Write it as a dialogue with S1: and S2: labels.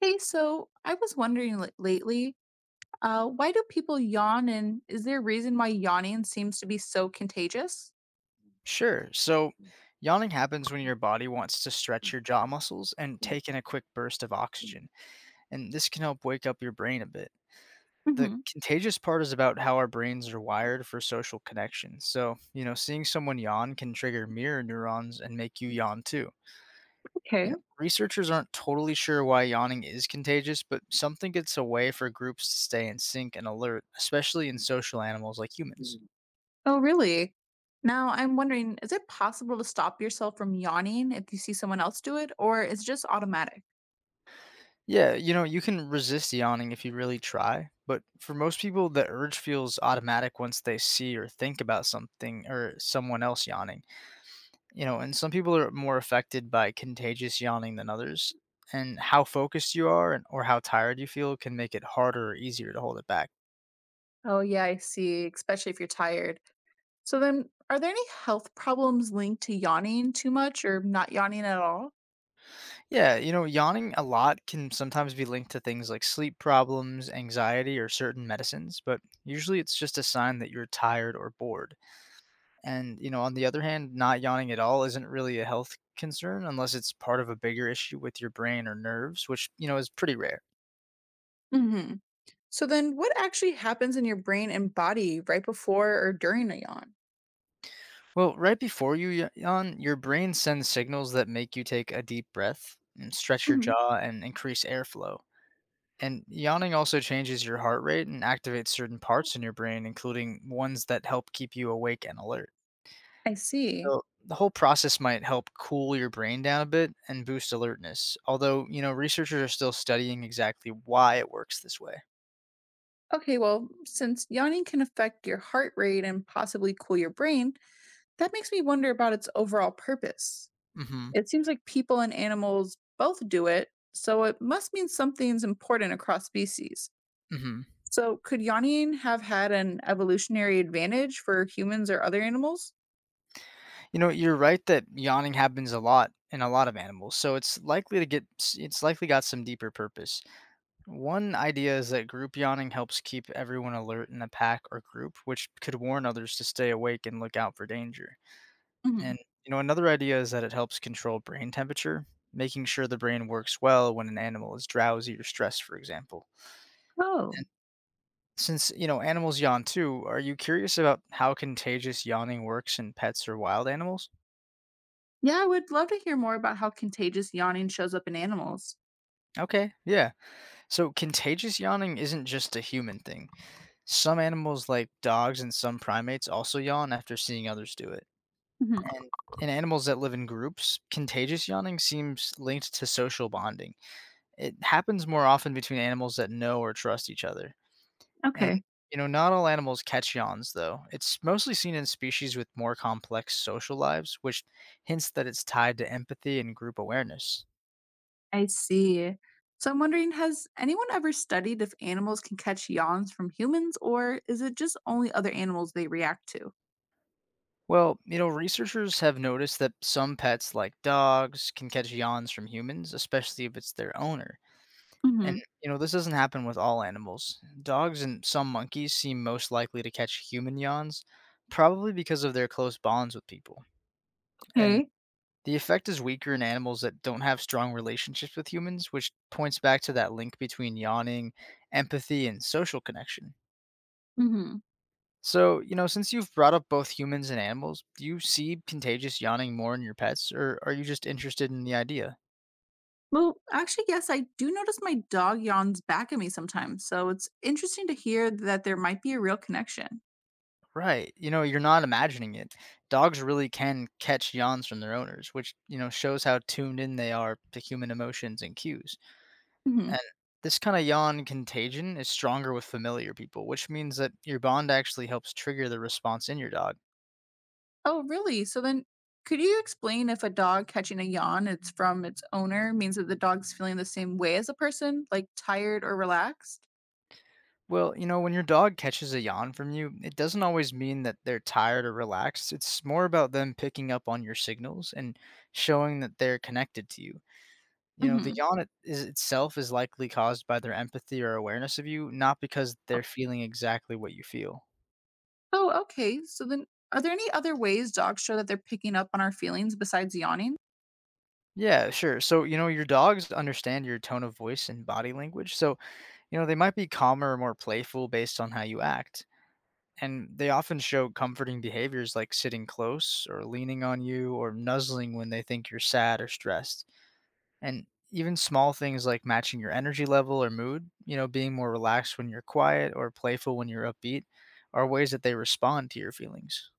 S1: Hey, so I was wondering lately, why do people yawn, and is there a reason why yawning seems to be so contagious?
S2: Sure. So, yawning happens when your body wants to stretch your jaw muscles and take in a quick burst of oxygen, and this can help wake up your brain a bit. The
S1: Hmm.
S2: contagious part is about how our brains are wired for social connection. So, seeing someone yawn can trigger mirror neurons and make you yawn too.
S1: Okay.
S2: Researchers aren't totally sure why yawning is contagious, but some think it's a way for groups to stay in sync and alert, especially in social animals like humans.
S1: Mm. Oh, really? Now I'm wondering, is it possible to stop yourself from yawning if you see someone else do it, or is it just automatic?
S2: Yeah, you can resist yawning if you really try, but for most people, the urge feels automatic once they see or think about something or someone else yawning. And some people are more affected by contagious yawning than others, and how focused you are or how tired you feel can make it harder or easier to hold it back.
S1: Oh, yeah, I see, especially if you're tired. So then, are there any health problems linked to yawning too much or not yawning at all?
S2: Yeah, yawning a lot can sometimes be linked to things like sleep problems, anxiety, or certain medicines, but usually it's just a sign that you're tired or bored. And, on the other hand, not yawning at all isn't really a health concern unless it's part of a bigger issue with your brain or nerves, which, is pretty rare.
S1: Hmm. So then, what actually happens in your brain and body right before or during a yawn?
S2: Well, right before you yawn, your brain sends signals that make you take a deep breath, and stretch your jaw, and increase airflow. And yawning also changes your heart rate and activates certain parts in your brain, including ones that help keep you awake and alert.
S1: I see.
S2: So, the whole process might help cool your brain down a bit and boost alertness, although, researchers are still studying exactly why it works this way.
S1: Okay, well, since yawning can affect your heart rate and possibly cool your brain, that makes me wonder about its overall purpose.
S2: Hmm.
S1: It seems like people and animals both do it, so it must mean something's important across species.
S2: Hmm.
S1: So, could yawning have had an evolutionary advantage for humans or other animals?
S2: You're right that yawning happens a lot in a lot of animals, so it's likely to get, s- it's likely got some deeper purpose. One idea is that group yawning helps keep everyone alert in a pack or group, which could warn others to stay awake and look out for danger.
S1: Hmm.
S2: And, another idea is that it helps control brain temperature, making sure the brain works well when an animal is drowsy or stressed, for example.
S1: Oh,
S2: And since, animals yawn too, are you curious about how contagious yawning works in pets or wild animals?
S1: yeah, I would love to hear more about how contagious yawning shows up in animals.
S2: Okay, yeah. So contagious yawning isn't just a human thing. Some animals, like dogs and some primates, also yawn after seeing others do it.
S1: Mhm.
S2: And in animals that live in groups, contagious yawning seems linked to social bonding. It happens more often between animals that know or trust each other. And,
S1: Okay.
S2: not all animals catch yawns, though. It's mostly seen in species with more complex social lives, which hints that it's tied to empathy and group awareness.
S1: I see. So I'm wondering, has anyone ever studied if animals can catch yawns from humans, or is it just only other animals they react to?
S2: Well, researchers have noticed that some pets, like dogs, can catch yawns from humans, especially if it's their owner. And,
S1: Hmm.
S2: this doesn't happen with all animals. Dogs and some monkeys seem most likely to catch human yawns, probably because of their close bonds with people. And
S1: Okay.
S2: The effect is weaker in animals that don't have strong relationships with humans, which points back to that link between yawning, empathy, and social connection.
S1: Hmm.
S2: So, since you've brought up both humans and animals, do you see contagious yawning more in your pets, or are you just interested in the idea?
S1: Well, actually, yes, I do notice my dog yawns back at me sometimes. So it's interesting to hear that there might be a real connection.
S2: Right. You're not imagining it. Dogs really can catch yawns from their owners, which, shows how tuned in they are to human emotions and cues.
S1: Hmm.
S2: And this kind of yawn contagion is stronger with familiar people, which means that your bond actually helps trigger the response in your dog.
S1: Oh, really? So then, could you explain if a dog catching a yawn it's from its owner means that the dog's feeling the same way as a person, like tired or relaxed?
S2: Well, when your dog catches a yawn from you, it doesn't always mean that they're tired or relaxed. It's more about them picking up on your signals and showing that they're connected to you. The yawn it- is itself is likely caused by their empathy or awareness of you, not because they're feeling exactly what you feel.
S1: Oh, okay. So then, are there any other ways dogs show that they're picking up on our feelings besides yawning?
S2: Yeah, sure. So, your dogs understand your tone of voice and body language. So, they might be calmer or more playful based on how you act, and they often show comforting behaviors like sitting close or leaning on you or nuzzling when they think you're sad or stressed. And even small things like matching your energy level or mood, being more relaxed when you're quiet or playful when you're upbeat, are ways that they respond to your feelings.